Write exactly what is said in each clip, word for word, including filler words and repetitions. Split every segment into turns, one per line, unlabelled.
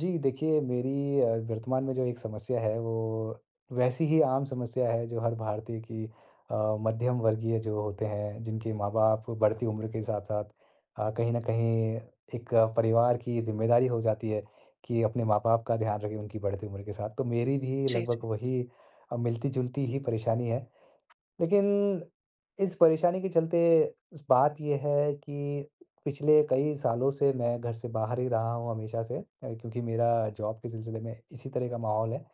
जी, देखिए मेरी अ, वर्तमान में जो एक समस्या है वो वैसी ही आम समस्या है जो हर भारतीय की अ, मध्यम वर्गीय जो होते हैं जिनके माँ-बाप बढ़ती उम्र के साथ-साथ अ, कहीं न कहीं एक अ, परिवार की ज़िम्मेदारी हो जाती है कि अपने माँ-बाप का ध्यान रखें उनकी बढ़ती उम्र के साथ। तो मेरी भी
जी,
लगभग
जी।
वही अ, मिलती-जुलती ही परेशानी है, लेकिन इस परेशानी के चलते स बात ये है कि पिछले कई सालों से मैं घर से बाहर ही रहा हूँ हमेशा से, अ, क्योंकि मेरा जॉब के सिलसिले में इसी तरह का माहौल है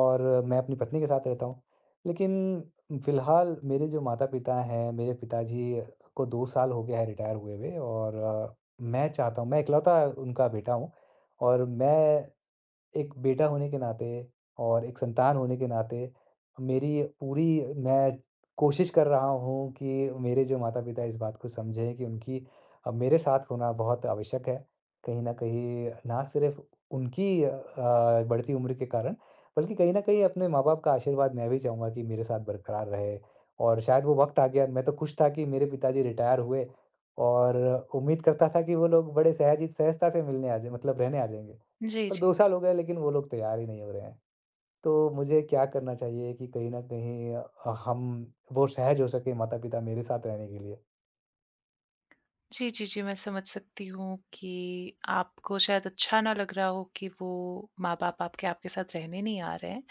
और मैं अपनी पत्नी के साथ रहता हूँ। लेकिन फ़िलहाल मेरे जो माता-पिता हैं, मेरे पिताजी को दो साल हो गया है रिटायर हुए हुए और अ, मैं चाहता हूँ मैं इकलौता उनका बेटा हूँ और मैं एक बेटा होने के नाते और एक संतान होने के नाते मेरी पूरी मैं कोशिश कर रहा हूँ कि मेरे जो माता-पिता इस बात को समझें कि उनकी अ, मेरे साथ होना बहुत आवश्यक है। कहीं न कहीं ना सिर्फ़ उनकी अ, बढ़ती उम्र के कारण, बल्कि कहीं न कहीं अपने माँ-बाप का आशीर्वाद मैं भी चाहूँगा कि मेरे साथ बरकरार रहे। और शायद वो वक़्त आ गया, मैं तो खुश था कि मेरे पिताजी रिटायर हुए और उम्मीद करता था कि वो लोग बड़े सहज ही सहजता से मिलने आ जाए मतलब रहने आ जाएँगे।
जी,
और
जी।
दो साल हो गए लेकिन वो लोग तैयार ही नहीं हो रहे हैं। तो मुझे क्या करना चाहिए कि कहीं न कहीं अ, हम वो सहज हो सके माता-पिता मेरे साथ रहने के लिए?
जी, जी, जी, मैं समझ सकती हूँ कि आपको शायद अच्छा ना लग रहा हो कि वो माँ-बाप आपके आपके साथ रहने नहीं आ रहे हैं।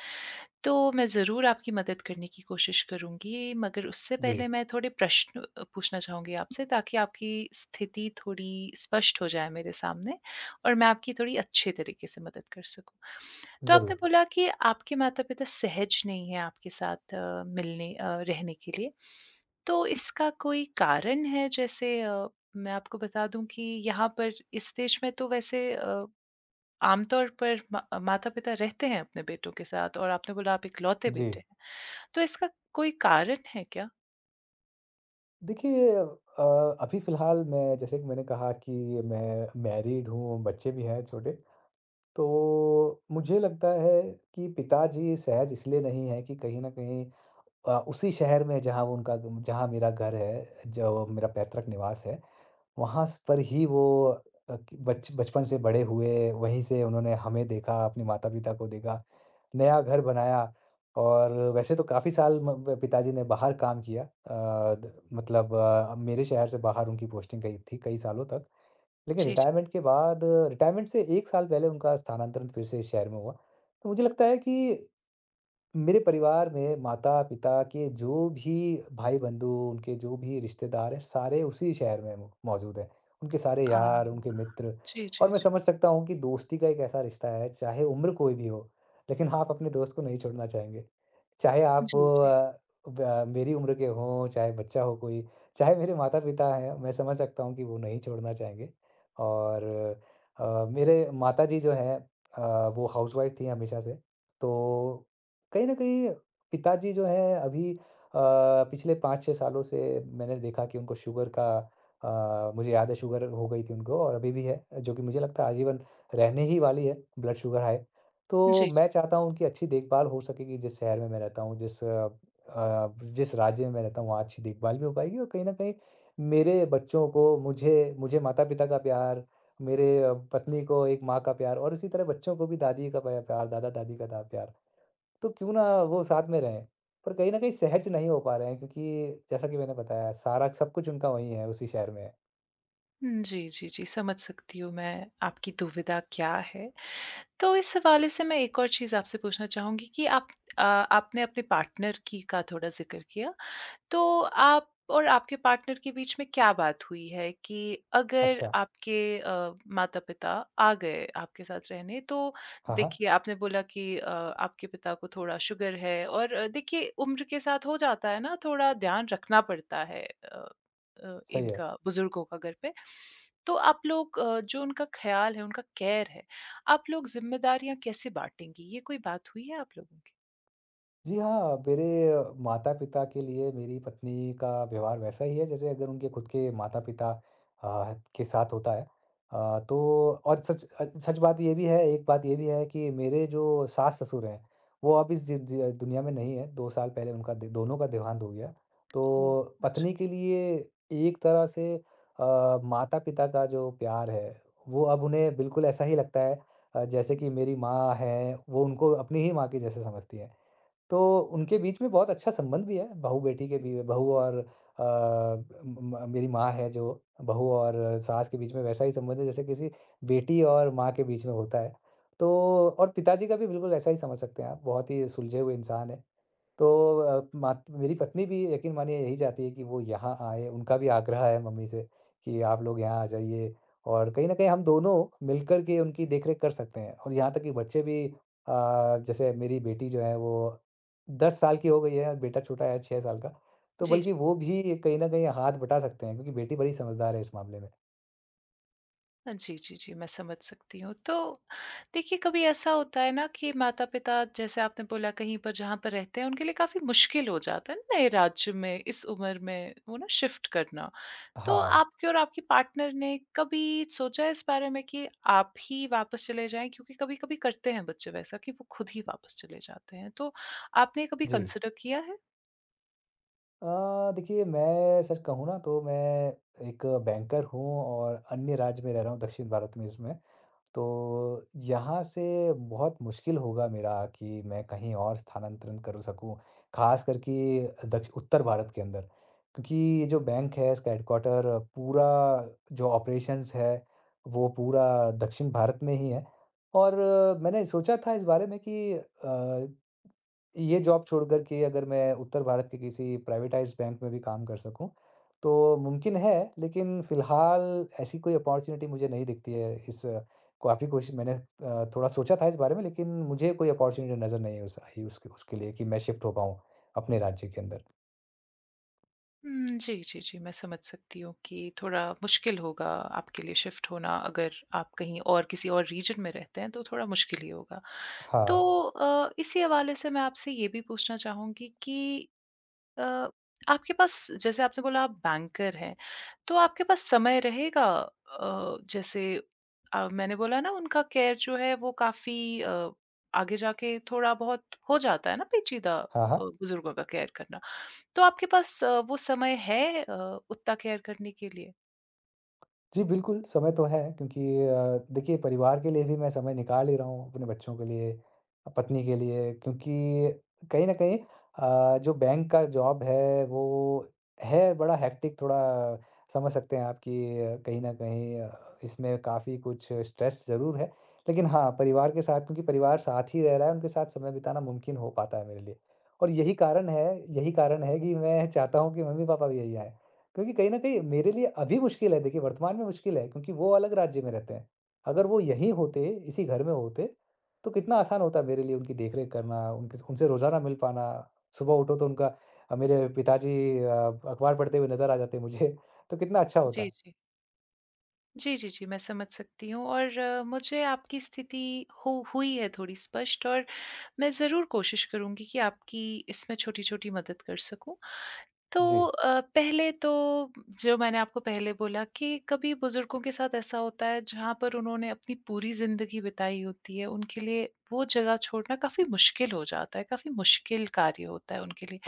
तो मैं ज़रूर आपकी मदद करने की कोशिश करूँगी, मगर उससे
जी,
पहले मैं थोड़े प्रश्न अ, पूछना चाहूँगी आपसे, ताकि आपकी स्थिति थोड़ी स्पष्ट हो जाए मेरे सामने, और मैं आपकी थोड़ी अच्छे तरीके से मदद कर सकूँ। तो आपने
ज़रूर।
बोला कि आपके माता-पिता सहज नहीं हैं आपके साथ अ, मिलने अ, रहने के लिए। तो इसका कोई कारण है? जैसे अ, मैं आपको बता दूँ कि यहाँ पर इस देश में तो वैसे अ, आमतौर पर मा माता-पिता रहते हैं अपने बेटों के साथ, और आपने बोला आप इकलौते बेटे
जी,
हैं। तो इसका कोई कारण है क्या?
देखिए अ, अभी फ़िलहाल मैं जैसे कि मैंने कहा कि मैं मैरिड हूँ, बच्चे भी हैं छोटे। तो मुझे लगता है कि पिताजी सहज इसलिए नहीं हैं कि कहीं न कहीं अ, उसी शहर में जहाँ वो उनका जहाँ मेरा घर है, जो मेरा पैतृक निवास है, वहाँ स पर ही वो अ, कि बच बचपन से बड़े हुए, वहीं से उन्होंने हमें देखा, अपने माता-पिता को देखा, नया घर बनाया और वैसे तो काफ़ी साल म ब पिताजी ने बाहर काम किया। अ, द मतलब अ, मेरे शहर से बाहर उनकी पोस्टिंग गई थी कई सालों तक। लेकिन
जी, जी।
रिटायरमेंट के बाद रिटायरमेंट से एक साल पहले उनका स्थानांतरण फिर से इस शहर में हुआ। तो मुझे लगता है कि मेरे परिवार में माता-पिता के जो भी भाई-बंधु, उनके जो भी रिश्तेदार हैं, सारे उसी शहर में मौ मौजूद हैं। उनके सारे
हाँ।
यार, उनके मित्र,
जी, जी,
और मैं
जी।
समझ सकता हूँ कि दोस्ती का एक ऐसा रिश्ता है, चाहे उम्र कोई भी हो, लेकिन आप अपने दोस्त को नहीं छोड़ना चाहेंगे। चाहे आप
जी, जी।
अ, ब मेरी उम्र के हों, चाहे बच्चा हो कोई, चाहे मेरे माता-पिता हैं, मैं समझ सकता हूँ कि वो नहीं छोड़ना चाहेंगे। और अ, मेरे माताजी जो हैं अ, वो हाउसवाइफ़ थी हमेशा से। तो कहीं न कहीं पिताजी जो हैं अभी अ, पिछले पाँच छह सालों से मैंने देखा कि उनको शुगर का अ, मुझे याद है शुगर हो गई थी उनको और अभी भी है, जो कि मुझे लगता है आजीवन रहने ही वाली है, ब्लड शुगर हाई। तो
जी, जी।
मैं चाहता हूँ उनकी अच्छी देखभाल हो सकेगी जिस शहर में मैं रहता हूँ, जिस अ, अ, जिस राज्य में मैं रहता हूँ वहाँ अच्छी देखभाल भी हो पाएगी और कहीं न कहीं मेरे बच्चों को मुझे मुझे माता-पिता का प्यार, मेरे अ, पत्नी को एक माँ का प्यार और इसी तरह बच्चों को भी दादी का पया प्यार, दादा-दादी का दा प्यार। तो क्यों ना वो साथ में रहें, पर कहीं न कहीं सहज नहीं हो पा रहे हैं क्योंकि जैसा कि मैंने बताया सारा सब कुछ उनका वहीं है, उसी शहर में है।
जी, जी, जी। समझ सकती हूँ मैं, आपकी दुविधा क्या है। तो इस हवाले से मैं एक और चीज़ आपसे पूछना चाहूँगी कि आप अ, आपने अपने पार्टनर की का थोड़ा ज़िक्र किया। तो आप और आपके पार्टनर के बीच में क्या बात हुई है कि अगर
अच्छा,
आपके अ, माता-पिता आ गए आपके साथ रहने तो।
हाँ, हाँ,
देखिए, आपने बोला कि अ, आपके पिता को थोड़ा शुगर है, और अ, देखिए, उम्र के साथ हो जाता है ना, थोड़ा ध्यान रखना पड़ता है अ, अ,
सही है।
इनका, बुजुर्गों का, घर पे। तो आप लोग, अ, जो उनका ख्याल है, उनका केयर है, आप लोग ज़िम्मेदारियाँ कैसे बाँटेंगी? ये कोई बात हुई है आप लोगों की?
जी हाँ, मेरे माता-पिता के लिए मेरी पत्नी का व्यवहार वैसा ही है जैसे अगर उनके खुद के माता-पिता अ, के साथ होता है। अ, तो और सच अ, सच बात ये भी है, एक बात ये भी है कि मेरे जो सास-ससुर हैं, वो अब इस जि जि दुनिया में नहीं है, दो साल पहले उनका दे दोनों का देहांत हो गया।
ओह!
तो पत्नी
अच्छा।
के लिए एक तरह से अ, माता-पिता का जो प्यार है, वो अब उन्हें बिल्कुल ऐसा ही लगता है अ, जैसे कि मेरी माँ है, वो उनको अपनी ही माँ के जैसे समझती हैं। तो उनके बीच में बहुत अच्छा संबंध भी है, बहू-बेटी के भी, बहू और अ, म म मेरी माँ है जो, बहू और सास के बीच में वैसा ही संबंध है जैसे किसी बेटी और माँ के बीच में होता है। तो और पिताजी का भी बिल्कुल ऐसा ही समझ सकते हैं आप, बहुत ही सुलझे हुए इंसान है। तो अ, मात मेरी पत्नी भी यकीन मानिए यही चाहती है कि वो यहाँ आएँ, उनका भी आग्रह है मम्मी से कि आप लोग यहाँ आ जाइए और कहीं न कहीं हम दोनों मिलकर के उनकी देख-रेख कर सकते हैं और यहाँ तक कि बच्चे भी अ, जैसे मेरी बेटी जो है वो दस साल की हो गई है और बेटा छोटा है छह साल का, तो
जी,
बल्कि
जी।
वो भी कहीं न कहीं हाथ बटा सकते हैं क्योंकि बेटी बड़ी समझदार है इस मामले में।
हाँ, जी, जी, जी, मैं समझ सकती हूँ। तो देखिए, कभी ऐसा होता है ना कि माता-पिता, जैसे आपने बोला, कहीं पर जहाँ पर रहते हैं, उनके लिए काफ़ी मुश्किल हो जाता है ना, नए राज्य में, इस उम्र में वो ना शिफ्ट करना। तो
हाँ,
आपके और आपके पार्टनर ने कभी सोचा है इस बारे में कि आप ही वापस चले जाएँ? क्योंकि कभी-कभी करते हैं बच्चे वैसा कि वो खुद ही वापस चले जाते हैं। तो आपने कभी
जी।
कंसिडर किया है?
अ, देखिए मैं सच कहूँ ना तो मैं एक बैंकर हूँ और अन्य राज्य में रह रहा हूँ दक्षिण भारत में इसमें। तो यहाँ से बहुत मुश्किल होगा मेरा कि मैं कहीं और स्थानांतरण कर सकूँ, ख़ास कर कि दक्ष उत्तर भारत के अंदर। क्योंकि ये जो बैंक है इसका हेडक्वार्टर पूरा, जो ऑपरेशंस है, वो पूरा दक्षिण भारत में ही है। और मैंने सोचा था इस बारे में कि अ ये जॉब छोड़कर के अगर मैं उत्तर भारत के किसी प्राइवेटाइज़्ड बैंक में भी काम कर सकूँ, तो मुमकिन है, लेकिन फ़िलहाल ऐसी कोई अपॉर्च्युनिटी मुझे नहीं दिखती है। इस काफ़ी कोशिश मैंने अ, थोड़ा सोचा था इस बारे में, लेकिन मुझे कोई अपॉर्च्युनिटी नज़र नहीं उस आई उसके उसके लिए कि मैं शिफ्ट हो पाऊँ अपने राज्य के अंदर।
हुँ, जी, जी, जी, मैं समझ सकती हूँ कि थोड़ा मुश्किल होगा आपके लिए शिफ्ट होना, अगर आप कहीं और किसी और रीजन में रहते हैं, तो थोड़ा मुश्किल ही होगा। तो
हाँ।
अ, इसी हवाले से मैं आपसे ये भी पूछना चाहूँगी कि अ, आपके पास, जैसे आपने बोला आप बैंकर हैं, तो आपके पास समय रहेगा? अ, जैसे अ, मैंने बोला ना, उनका केयर जो है वो काफ़ी अ, आगे जाके थोड़ा-बहुत हो जाता है ना पेचीदा, अ,
हाँ, हाँ।
बुज़ुर्गों का केयर करना। तो आपके पास अ, वो समय है अ, उतना केयर करने के लिए?
जी, बिल्कुल, समय तो है क्योंकि अ, देखिए परिवार के लिए भी मैं समय निकाल ही रहा हूँ, अपने बच्चों के लिए, पत्नी के लिए क्योंकि कहीं न कहीं अ, जो बैंक का जॉब है वो है बड़ा हेक्टिक थोड़ा, समझ सकते हैं आप कि अ, कहीं न कहीं अ, इसमें काफ़ी कुछ स्ट्रेस ज़रूर है। लेकिन हाँ, परिवार के साथ क्योंकि परिवार साथ ही रह रहा है, उनके साथ समय बिताना मुमकिन हो पाता है मेरे लिए। और यही कारण है यही कारण है कि मैं चाहता हूँ कि मम्मी-पापा भी यही आएँ। क्योंकि कहीं न कहीं मेरे लिए अभी मुश्किल है, देखिए वर्तमान में मुश्किल है क्योंकि वो अलग राज्य में रहते हैं। अगर वो यहीं होते, इसी घर में होते, तो कितना आसान होता मेरे लिए उनकी देख-रेख करना, उनके उनसे रोज़ाना मिल पाना। सुबह उठो तो उनका अ, मेरे पिताजी अ, अखबार पढ़ते हुए नज़र आ जाते मुझे, तो कितना अच्छा
जी,
होता।
जी। जी, जी, जी, मैं समझ सकती हूँ, और अ, मुझे आपकी स्थिति हो हुई है थोड़ी स्पष्ट, और मैं ज़रूर कोशिश करूँगी कि आपकी इसमें छोटी-छोटी मदद कर सकूँ।
जी।
तो अ, पहले तो, जो मैंने आपको पहले बोला कि कभी बुजुर्गों के साथ ऐसा होता है जहाँ पर उन्होंने अपनी पूरी ज़िंदगी बिताई होती है, उनके लिए वो जगह छोड़ना काफ़ी मुश्किल हो जाता है, काफ़ी मुश्किल कार्य होता है उनके लिए।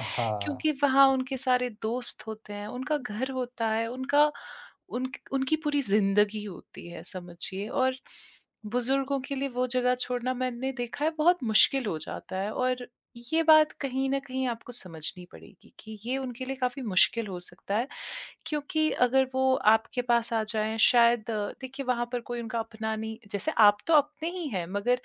क्योंकि
हाँ।
वहाँ उनके सारे दोस्त होते हैं, उनका घर होता है, उनका उनक उनकी पूरी ज़िंदगी होती है, समझिए, और बुजुर्गों के लिए वो जगह छोड़ना, मैंने देखा है, बहुत मुश्किल हो जाता है। और ये बात कहीं न कहीं आपको समझनी पड़ेगी कि ये उनके लिए काफ़ी मुश्किल हो सकता है, क्योंकि अगर वो आपके पास आ जाएँ, शायद अ, देखिए, वहाँ पर कोई उनका अपना नहीं, जैसे आप तो अपने ही हैं, मगर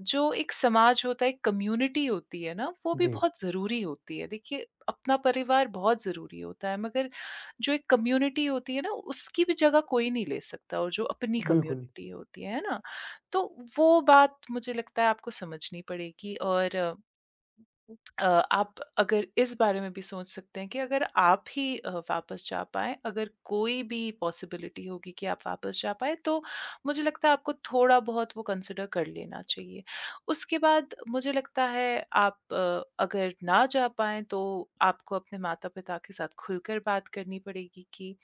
जो एक समाज होता है, एक कम्युनिटी होती है ना, वो भी
जी,
बहुत ज़रूरी होती है। देखिए, अपना परिवार बहुत ज़रूरी होता है, मगर जो एक कम्युनिटी होती है ना, उसकी भी जगह कोई नहीं ले सकता, और जो अपनी
बिल्कुल।
कम्युनिटी होती है, है ना? तो वो बात, मुझे लगता है, आपको समझनी पड़ेगी, और अ, आप अगर इस बारे में भी सोच सकते हैं कि अगर आप ही अ, वापस जा पाएँ, अगर कोई भी पॉसिबिलिटी होगी कि आप वापस जा पाएँ, तो मुझे लगता है आपको थोड़ा-बहुत वो कंसिडर कर लेना चाहिए। उसके बाद मुझे लगता है आप, अ, अगर ना जा पाएँ, तो आपको अपने माता-पिता के साथ खुलकर बात करनी पड़ेगी कि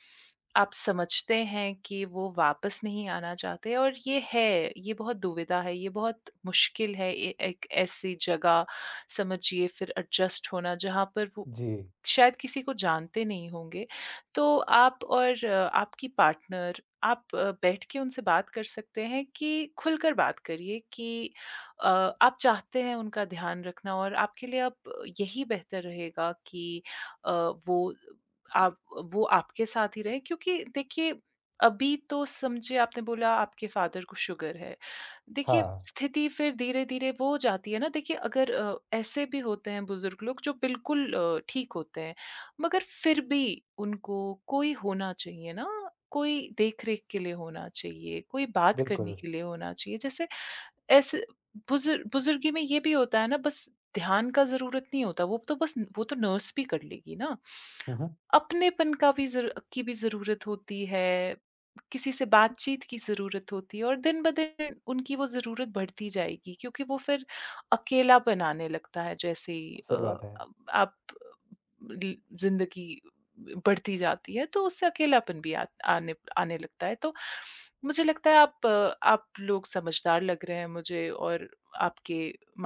आप समझते हैं कि वो वापस नहीं आना चाहते, और ये है, ये बहुत दुविधा है, ये बहुत मुश्किल है, ए एक ऐसी जगह, समझिए, फिर एडजस्ट होना जहाँ पर वो
जी।
शायद किसी को जानते नहीं होंगे। तो आप और अ, आपकी पार्टनर, आप अ, बैठ के उनसे बात कर सकते हैं कि खुलकर बात करिए कि अ, आप चाहते हैं उनका ध्यान रखना, और आपके लिए अब यही बेहतर रहेगा कि अ, वो, आप वो आपके साथ ही रहे, क्योंकि देखिए, अभी तो समझिए आपने बोला आपके फादर को शुगर है। देखिए,
हाँ,
स्थिति फिर धीरे-धीरे वो हो जाती है ना। देखिए, अगर अ, ऐसे भी होते हैं बुज़ुर्ग लोग जो बिल्कुल अ, ठीक होते हैं, मगर फिर भी उनको कोई होना चाहिए ना, कोई देख-रेख के लिए होना चाहिए, कोई बात करने
बिल्कुल।
के लिए होना चाहिए। जैसे ऐसे बुज़ुर बुज़ुर्गी में ये भी होता है ना, बस ध्यान का ज़रूरत नहीं होता, वो तो बस, वो तो नर्स भी कर लेगी ना।
हुँ, हुँ।
अपनेपन का भी ज़रू की भी ज़रूरत होती है, किसी से बातचीत की ज़रूरत होती है, और दिन-ब-दिन उनकी वो ज़रूरत बढ़ती जाएगी, क्योंकि वो फिर अकेलापन आने लगता है, जैसे ही अ,
सही बात है।
अब आप ल- जिंदगी बढ़ती जाती है, तो उससे अकेलापन भी आ, आने आने लगता है। तो मुझे लगता है आप अ, आप लोग समझदार लग रहे हैं मुझे, और आपके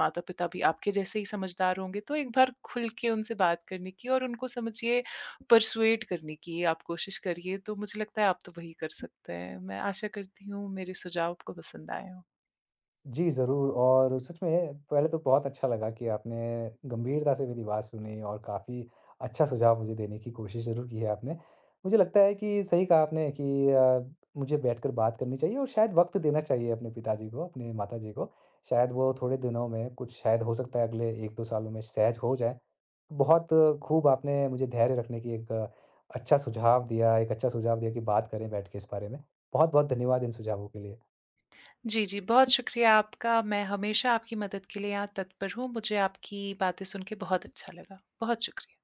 माता पिता भी आपके जैसे ही समझदार होंगे, तो एक बार खुल के उनसे बात करने की, और उनको समझिए, परसुएट करने की आप कोशिश करिए। तो मुझे लगता है आप तो वही कर सकते हैं, मैं आशा करती हूँ मेरे सुझाव आपको पसंद आए हों।
जी, ज़रूर। और सच में पहले तो बहुत अच्छा लगा कि आपने गंभीरता से मेरी बात सुनी और काफ़ी अच्छा सुझाव मुझे देने की कोशिश ज़रूर की है आपने। मुझे लगता है कि सही कहा आपने कि अ, मुझे बैठकर बात करनी चाहिए और शायद वक़्त देना चाहिए अपने पिताजी को, अपने माताजी को। शायद वो थोड़े दिनों में कुछ, शायद हो सकता है अगले एक दो सालों में सहज हो जाएँ। बहुत खूब आपने मुझे धैर्य रखने की एक अ, अच्छा सुझाव दिया, एक अच्छा सुझाव दिया कि बात करें बैठ के इस बारे में। बहुत-बहुत धन्यवाद इन सुझावों के लिए।
जी, जी, बहुत शुक्रिया आपका। मैं हमेशा आपकी मदद के लिए यहाँ तत्पर हूँ। मुझे आपकी बातें सुन के बहुत अच्छा लगा। बहुत शुक्रिया।